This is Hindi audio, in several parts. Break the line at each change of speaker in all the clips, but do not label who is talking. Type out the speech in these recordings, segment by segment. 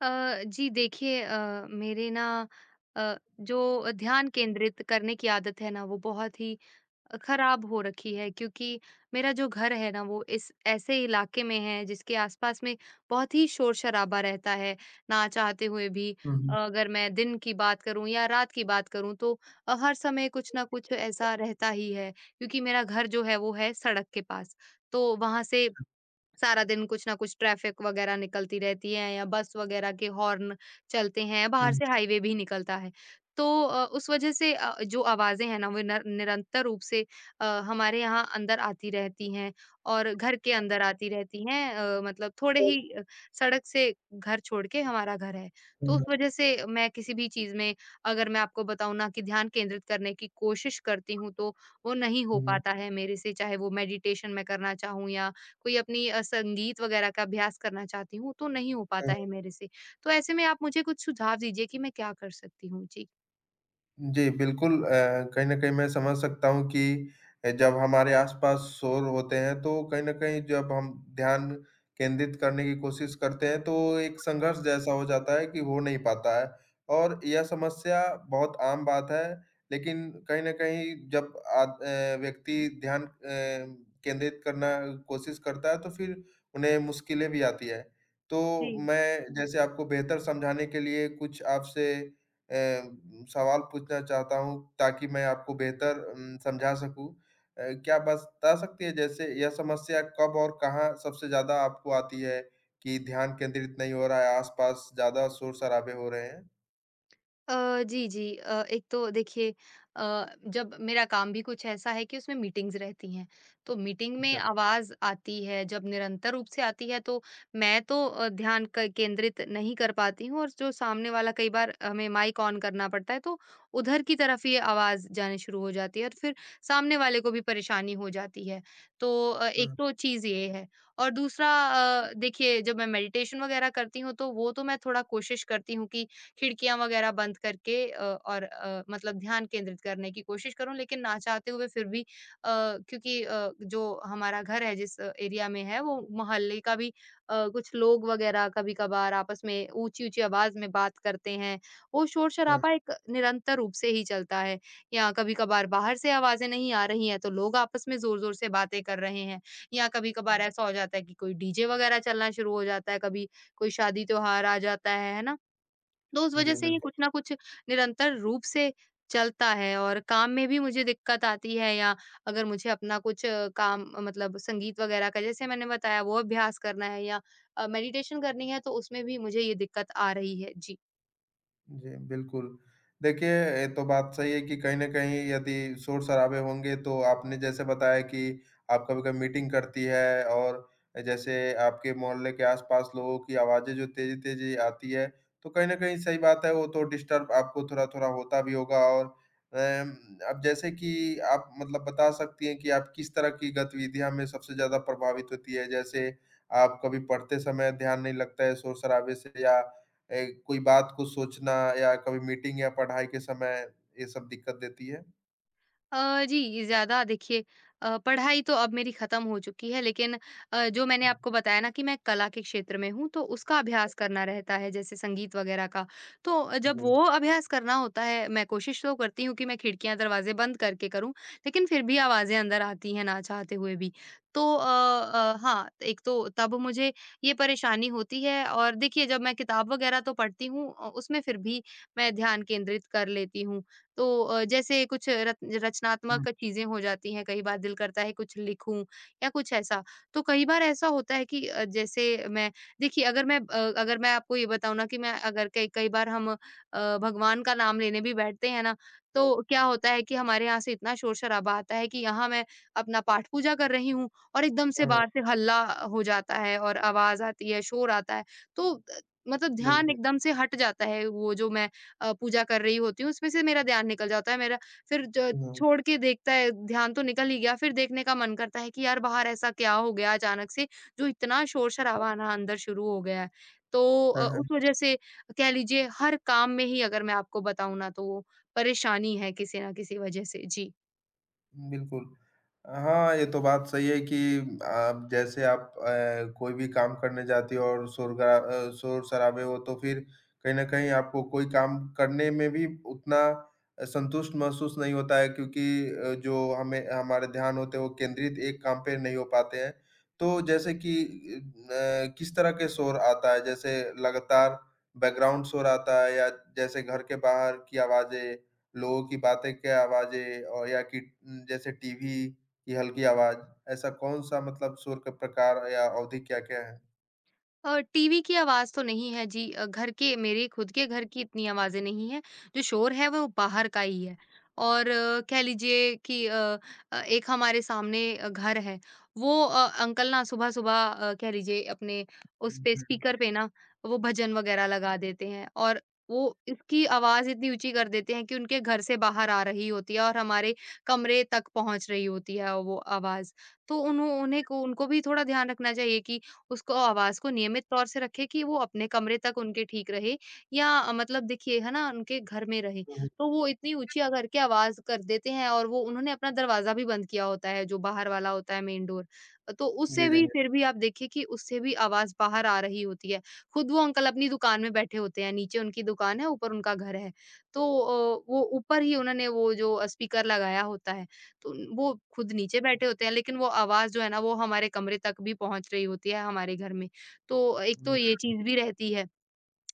जी देखिए मेरे ना अ, जो ध्यान केंद्रित करने की आदत है ना वो बहुत ही खराब हो रखी है क्योंकि मेरा जो घर है ना वो इस ऐसे इलाके में है जिसके आसपास में बहुत ही शोर शराबा रहता है ना चाहते हुए भी
कर दो
अगर मैं दिन की बात करूं या रात की बात करूं तो हर समय कुछ ना कुछ ऐसा रहता ही है क्योंकि मेरा घर जो है वो है सड़क के पास। तो वहां से सारा दिन कुछ ना कुछ ट्रैफिक वगैरह निकलती रहती है या बस वगैरह के हॉर्न चलते हैं, बाहर से हाईवे भी निकलता है। तो उस वजह से जो आवाज़ें हैं ना वो नर निरंतर रूप से अ, हमारे यहाँ अंदर आती रहती हैं और घर के अंदर आती रहती हैं, मतलब थोड़े
कर
ही सड़क से घर छोड़ के हमारा घर है। तो उस
दो
वजह से मैं किसी भी चीज़ में, अगर मैं आपको बताऊँ ना, कि ध्यान केंद्रित करने की कोशिश करती हूँ तो वो नहीं
कर
हो
दो।
पाता है मेरे से, चाहे वो मेडिटेशन मैं करना चाहूँ या कोई अपनी संगीत वगैरह का अभ्यास करना चाहती हूँ, तो नहीं हो पाता है मेरे से। तो ऐसे में आप मुझे कुछ सुझाव दीजिए कि मैं क्या कर सकती हूँ? जी।
जी, बिल्कुल, कहीं न कहीं मैं समझ सकता हूँ कि जब हमारे आस-पास शोर होते हैं, तो कहीं न कहीं जब हम ध्यान केंद्रित करने की कोशिश करते हैं, तो एक संघर्ष जैसा हो जाता है कि हो नहीं पाता है। और यह समस्या बहुत आम बात है, लेकिन कहीं न कहीं जब व्यक्ति ध्यान केंद्रित करना कोशिश करता है, तो फिर उन्हें मुश्किलें भी आती हैं। तो
जी।
मैं जैसे आपको बेहतर समझाने के लिए कुछ आपसे अ, सवाल पूछना चाहता हूँ ताकि मैं आपको बेहतर समझा सकूँ। क्या आप बता सकती हैं जैसे यह समस्या कब और कहाँ सबसे ज़्यादा आपको आती है कि ध्यान केंद्रित नहीं हो रहा है, आस-पास ज़्यादा शोर-शराबे हो रहे हैं?
जी, जी। एक तो देखिए, अ, जब मेरा काम भी कुछ ऐसा है कि उसमें मीटिंग्स रहती हैं, तो मीटिंग में
अच्छा।
आवाज़ आती है, जब निरंतर रूप से आती है तो मैं तो ध्यान क केंद्रित नहीं कर पाती हूँ और जो सामने वाला, कई बार हमें माइक ऑन करना पड़ता है, तो उधर की तरफ ये आवाज़ जानी शुरू हो जाती है और फिर सामने वाले को भी परेशानी हो जाती है। तो एक
हुँ,
तो चीज़ ये है और दूसरा, देखिए जब मैं मेडिटेशन वगैरह करती हूँ, तो वो तो मैं थोड़ा कोशिश करती हूँ कि खिड़कियाँ वगैरह बंद करके मतलब ध्यान केंद्रित करने की कोशिश करूँ, लेकिन ना चाहते हुए फिर भी, क्योंकि जो हमारा घर है जिस एरिया में है वो मोहल्ले का भी कुछ लोग वगैरह कभी-कभार आपस में ऊँची-ऊँची आवाज़ में बात करते हैं। वो
हुँ।
शोर-शराबा एक निरंतर रूप से ही चलता है या कभी-कभार बाहर से आवाज़ें नहीं आ रही हैं तो लोग आपस में ज़ोर-ज़ोर से बातें कर रहे हैं, या कभी-कभार ऐसा हो जाता है कि कोई डीजे वगैरह चलना शुरू हो जाता है, कभी कोई शादी त्योहार आ जाता है ना? तो उस वजह
जी,
से ये कुछ
बिल्कुल।
ना कुछ निरंतर रूप से चलता है और काम में भी मुझे दिक्कत आती है, या अगर मुझे अपना कुछ काम, मतलब संगीत वगैरह का, जैसे मैंने बताया, वो अभ्यास करना है या मेडिटेशन करनी है तो उसमें भी मुझे ये दिक्कत आ रही है। जी।
जी, बिल्कुल। देखिए, ये तो बात सही है कि कहीं न कहीं यदि शोर-शराबे होंगे तो आपने जैसे बताया कि आप कभी-कभी मीटिंग करती है और जैसे आपके मोहल्ले के आस-पास लोगों की आवाज़ें जो तेज़ी-तेज़ी आती है, तो कहीं न कहीं सही बात है वो तो डिस्टर्ब आपको थोड़ा-थोड़ा होता भी होगा और अम, अब जैसे कि आप मतलब बता सकती हैं कि आप किस तरह की गतिविधियाँ में सबसे ज़्यादा प्रभावित होती है? जैसे आप कभी पढ़ते समय ध्यान नहीं लगता है शोर-शराबे से या कोई बात को सोचना या कभी मीटिंग या पढ़ाई के समय ये सब दिक्कत देती है?
जी, ज़्यादा देखिए, पढ़ाई तो अब मेरी ख़त्म हो चुकी है, लेकिन जो मैंने आपको बताया ना कि मैं कला के क्षेत्र में हूँ, तो उसका अभ्यास करना रहता है, जैसे संगीत वग़ैरह का। तो जब
बिल्कुल।
वो अभ्यास करना होता है, मैं कोशिश तो करती हूँ कि मैं खिड़कियाँ, दरवाज़े बंद करके करूँ, लेकिन फिर भी आवाज़ें अंदर आती हैं ना चाहते हुए भी। तो अ हाँ, एक तो तब मुझे ये परेशानी होती है, और देखिए जब मैं किताब वग़ैरह तो पढ़ती हूँ उसमें फिर भी मैं ध्यान केंद्रित कर लेती हूँ। तो जैसे कुछ रत
हुँ,
रचनात्मक चीज़ें हो जाती हैं, कई बार दिल करता है कुछ लिखूँ या कुछ ऐसा। तो कई बार ऐसा होता है कि जैसे मैं, देखिए अगर मैं आपको ये बताऊँ ना कि मैं, अगर कई कई बार हम भगवान का नाम लेने भी बैठते हैं ना,
हुँ,
तो क्या होता है कि हमारे यहाँ से इतना शोर-शराबा आता है कि यहाँ मैं अपना पाठ-पूजा कर रही हूँ और एकदम से
हुँ,
बाहर से हल्ला हो जाता है और आवाज़ आती है, शोर आता है। तो मतलब ध्यान
बिल्कुल।
एकदम से हट जाता है, वो जो मैं पूजा कर रही होती हूँ, उसमें से मेरा ध्यान निकल जाता है मेरा। फिर ज
हुँ, हाँ,
छोड़ के देखता है ध्यान तो निकल ही गया, फिर देखने का मन करता है कि यार बाहर ऐसा क्या हो गया अचानक से, जो इतना शोर-शराबा ना अंदर शुरू हो गया है। तो
हाँ, हाँ।
उस वज़ह से कह लीजिए हर काम में ही, अगर मैं आपको बताऊँ ना, तो वो परेशानी है किसी न किसी वज़ह से। जी।
बिल्कुल। हाँ, ये तो बात सही है कि आप जैसे आप कोई भी काम करने जाती हो और शोर-शराबे हो तो फिर कहीं न कहीं आपको कोई काम करने में भी उतना संतुष्ट महसूस नहीं होता है क्योंकि जो हमें हमारे ध्यान होते हैं वो केंद्रित एक काम पे नहीं हो पाते हैं। तो जैसे कि किस तरह के शोर आता है? जैसे लगातार बैकग्राउंड शोर आता है या जैसे घर के बाहर की आवाज़ें? लोगों की बातें की आवाज़ें और या कि जैसे टीवी की हल्की आवाज़, ऐसा कौन-सा मतलब शोर का प्रकार या अवधि क्या-क्या है?
टीवी की आवाज़ तो नहीं है जी, घर के, मेरे खुद के घर की इतनी आवाज़ें नहीं हैं, जो शोर है वो बाहर का ही है। और कह लीजिए कि एक हमारे सामने घर है, वो अंकल ना सुबह-सुबह कह लीजिए अपने उस
हुँ,
पे
हुँ।
स्पीकर पे ना वो भजन वग़ैरह लगा देते हैं और वो इसकी आवाज़ इतनी ऊँची कर देते हैं कि उनके घर से बाहर आ रही होती है और हमारे कमरे तक पहुँच रही होती है वो आवाज़। तो उन्हों उन्हें को उनको भी थोड़ा ध्यान रखना चाहिए कि उसको आवाज़ को नियमित तौर से रखें कि वो अपने कमरे तक, उनके ठीक रहे, या मतलब देखिए है ना, उनके घर में रहे।
हुँ, हुँ।
तो वो इतनी ऊँची करके आवाज़ कर देते हैं, और वो उन्होंने अपना दरवाज़ा भी बंद किया होता है, जो बाहर वाला होता है मेन डोर। तो उससे
जी, जी,
भी,
जी।
फिर भी आप देखिए कि उससे भी आवाज़ बाहर आ रही होती है। खुद वो अंकल अपनी दुकान में बैठे होते हैं, नीचे उनकी दुकान है, ऊपर उनका घर है। तो वो ऊपर ही उन्होंने वो जो स्पीकर लगाया होता है। तो वो खुद नीचे बैठे होते हैं, लेकिन वो आवाज़ जो है ना वो हमारे कमरे तक भी पहुँच रही होती है हमारे घर में। तो एक तो ये
हुँ।
चीज़ भी रहती है।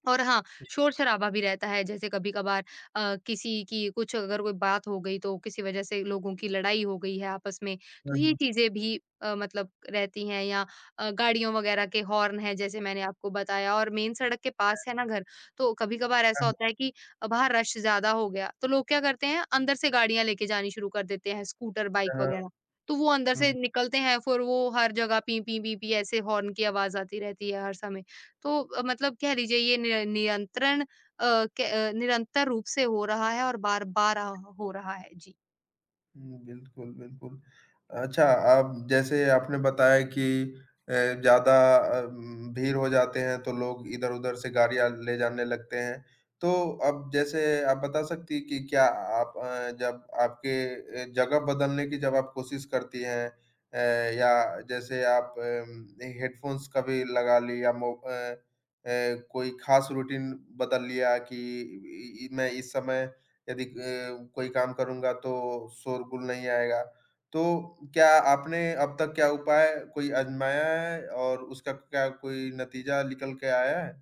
और हाँ, शोर-शराबा भी रहता है, जैसे कभी-कभार किसी की कुछ, अगर कोई बात हो गई तो, किसी वजह से लोगों की लड़ाई हो गई है आपस में, तो
हाँ,
ये
हाँ।
चीज़ें भी मतलब रहती हैं, या गाड़ियों वगैरह के हॉर्न हैं जैसे मैंने आपको बताया, और मेन सड़क के पास है ना घर, तो कभी-कभार
हाँ,
ऐसा होता है
हाँ।
कि बाहर रश ज़्यादा हो गया, तो लोग क्या करते हैं अंदर से गाड़ियाँ लेके जानी शुरू कर देते हैं, स्कूटर,
हाँ,
बाइक
हाँ।
वगैरह। तो वो अंदर से
हुँ।
निकलते हैं, फिर वो हर जगह पी, पी, पी, पी ऐसे हॉर्न की आवाज़ आती रहती है हर समय। तो मतलब कह लीजिए ये निर नियंत्रण निरंतर रूप से हो रहा है और बार-बार हो रहा है। जी।
हुँ, बिल्कुल, बिल्कुल। अच्छा, अब जैसे आपने बताया कि अ, ज़्यादा भीड़ हो जाते हैं तो लोग इधर-उधर से गाड़ियाँ ले जाने लगते हैं। तो अब जैसे आप बता सकती हैं कि क्या आप जब आपके जगह बदलने की जब आप कोशिश करती हैं या जैसे आप हेडफ़ोन्स कभी लगा ली या अ, कोई ख़ास रूटीन बदल लिया कि इ इ मैं इस समय यदि कोई काम करूँगा तो शोरगुल नहीं आएगा। तो क्या आपने अब तक क्या उपाय कोई आज़माया है और उसका क्या कोई नतीजा निकल के आया है?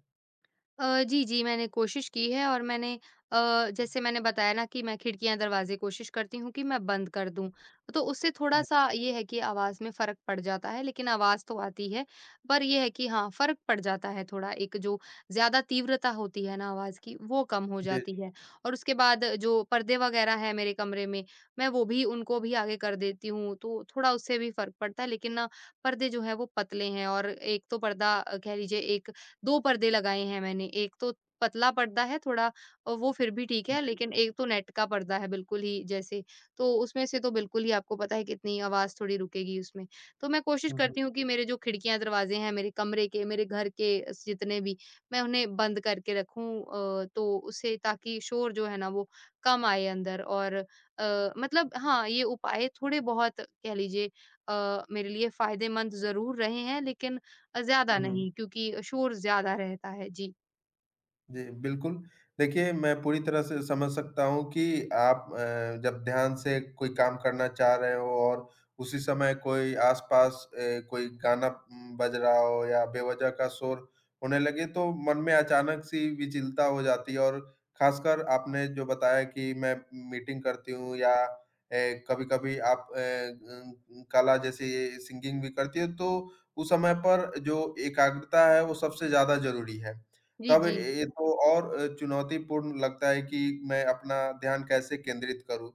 जी, जी, मैंने कोशिश की है और मैंने, जैसे मैंने बताया ना कि मैं खिड़कियाँ-दरवाज़े कोशिश करती हूँ कि मैं बंद कर दूँ। तो उससे
जी,
थोड़ा-सा ये है कि आवाज़ में फ़र्क पड़ जाता है, लेकिन आवाज़ तो आती है, पर ये है कि हाँ, फ़र्क पड़ जाता है थोड़ा। एक जो ज़्यादा तीव्रता होती है ना आवाज़ की, वो कम हो
जी,
जाती
जी।
है, और उसके बाद जो पर्दे वग़ैरह हैं मेरे कमरे में, मैं वो भी, उनको भी आगे कर देती हूँ, तो थोड़ा उससे भी फ़र्क पड़ता है। लेकिन ना, पर्दे जो हैं वो पतले हैं, और एक तो पर्दा, कह लीजिए, एक 2 पर्दे लगाए हैं मैंने, एक तो पतला पर्दा है थोड़ा, वो फिर भी ठीक है, लेकिन एक तो नेट का पर्दा है बिल्कुल ही जैसे, तो उसमें से तो बिल्कुल ही आपको पता है कितनी आवाज़ थोड़ी रुकेगी उसमें। तो मैं कोशिश
हुँ, हुँ।
करती हूँ कि मेरे जो खिड़कियाँ, दरवाज़े हैं, मेरे कमरे के, मेरे घर के, स जितने भी, मैं उन्हें बंद करके रखूँ, तो उससे ताकि शोर जो है ना वो कम आए अंदर, और मतलब हाँ, ये उपाय थोड़े बहुत, कह लीजिए, मेरे लिए फ़ायदेमंद ज़रूर रहे हैं, लेकिन
हुँ,
ज़्यादा
हुँ।
नहीं क्योंकि शोर ज़्यादा रहता है। जी।
जी, बिल्कुल। देखिए, मैं पूरी तरह से समझ सकता हूँ कि आप जब ध्यान से कोई काम करना चाह रहे हो और उसी समय कोई आस-पास कोई गाना बज रहा हो या बेवजह का शोर होने लगे, तो मन में अचानक सी विचलता हो जाती है और ख़ासकर आपने जो बताया कि मैं मीटिंग करती हूँ या कभी-कभी आप कला जैसे सिंगिंग भी करती हो, तो उस समय पर जो एकाग्रता है, वो सबसे ज़्यादा ज़रूरी है।
जी,
तब
जी।
ये तो और चुनौतीपूर्ण लगता है कि मैं अपना ध्यान कैसे केंद्रित करूँ?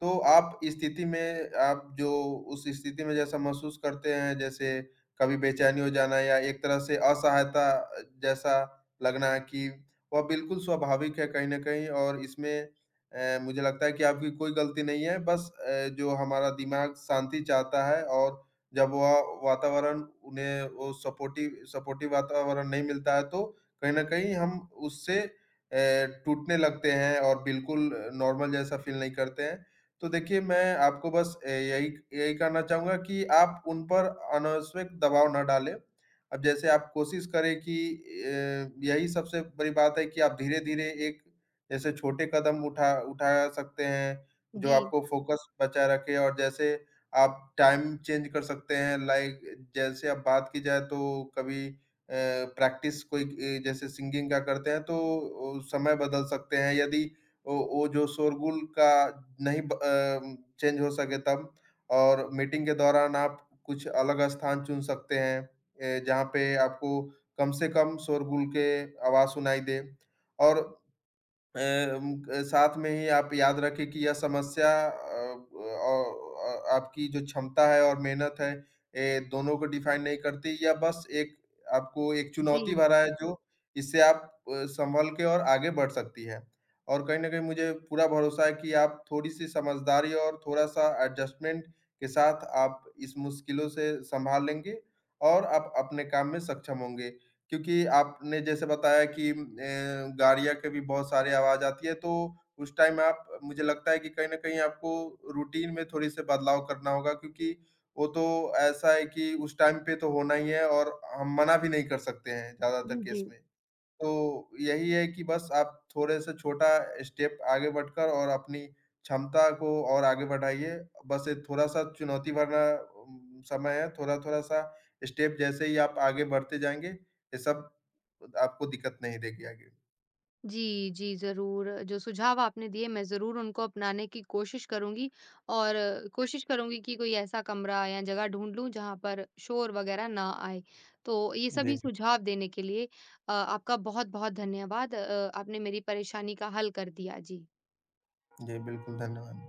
तो आप स्थिति में आप जो उस स्थिति में जैसा महसूस करते हैं, जैसे कभी बेचैनी हो जाना या एक तरह से असहायता जैसा लगना कि वह बिल्कुल स्वाभाविक है कहीं न कहीं और इसमें मुझे लगता है कि आपकी कोई गलती नहीं है, बस जो हमारा दिमाग शांति चाहता है और जब वह वातावरण उन्हें वो सपोर्टिव सपोर्टिव वातावरण नहीं मिलता है, तो कहीं न कहीं हम उससे अ, टूटने लगते हैं और बिल्कुल नॉर्मल जैसा फ़ील नहीं करते हैं। तो देखिए मैं आपको बस यही यही कहना चाहूँगा कि आप उन पर अनावश्यक दबाव ना डालें। अब जैसे आप कोशिश करें कि यही सबसे बड़ी बात है कि आप धीरे-धीरे एक जैसे छोटे कदम उठा उठा सकते हैं, जो
जी,
आपको फ़ोकस बचाए रखे और जैसे आप टाइम चेंज कर सकते हैं, लाइक जैसे अब बात की जाए तो कभी प्रैक्टिस कोई जैसे सिंगिंग का करते हैं तो समय बदल सकते हैं यदि वो जो शोरगुल का नहीं चेंज हो सके तब और मीटिंग के दौरान आप कुछ अलग स्थान चुन सकते हैं, जहाँ पे आपको कम से कम शोरगुल के आवाज़ सुनाई दे और अ, उम, क साथ में ही आप याद रखें कि यह समस्या आपकी जो क्षमता है और मेहनत है, ए दोनों को डिफाइन नहीं करती। यह बस एक आपको एक
जी।
चुनौती भरा है जो इससे आप सँभल के और आगे बढ़ सकती हैं। और कहीं न कहीं मुझे पूरा भरोसा है कि आप थोड़ी-सी समझदारी और थोड़ा-सा एडजस्टमेंट के साथ आप इस मुश्किलों से सँभाल लेंगे और आप अपने काम में सक्षम होंगे। क्योंकि आपने जैसे बताया कि गाड़ियाँ के भी बहुत सारी आवाज़ आती है, तो उस टाइम आप मुझे लगता है कि कहीं न कहीं आपको रूटीन में थोड़ी-से बदलाव करना होगा क्योंकि वो तो ऐसा है कि उस टाइम पे तो होना ही है और हम मना भी नहीं कर सकते हैं ज़्यादातर
जी, जी।
केस में। तो यही है कि बस आप थोड़े-से छोटा स्टेप आगे बढ़कर और अपनी क्षमता को और आगे बढ़ाइए। बस ये थोड़ा-सा चुनौती भरा समय है, थोड़ा-थोड़ा सा स्टेप जैसे ही आप आगे बढ़ते जाएँगे, ये सब आपको दिक्कत नहीं देगी आगे।
जी, जी, ज़रूर। जो सुझाव आपने दिए मैं ज़रूर उनको अपनाने की कोशिश करूँगी, और कोशिश करूँगी कि कोई ऐसा कमरा या जगह ढूँढ लूँ जहाँ पर शोर वग़ैरह ना आए। तो ये सभी
जी,
सुझाव देने के लिए आपका बहुत-बहुत धन्यवाद। आपने मेरी परेशानी का हल कर दिया। जी।
जी बिल्कुल, धन्यवाद।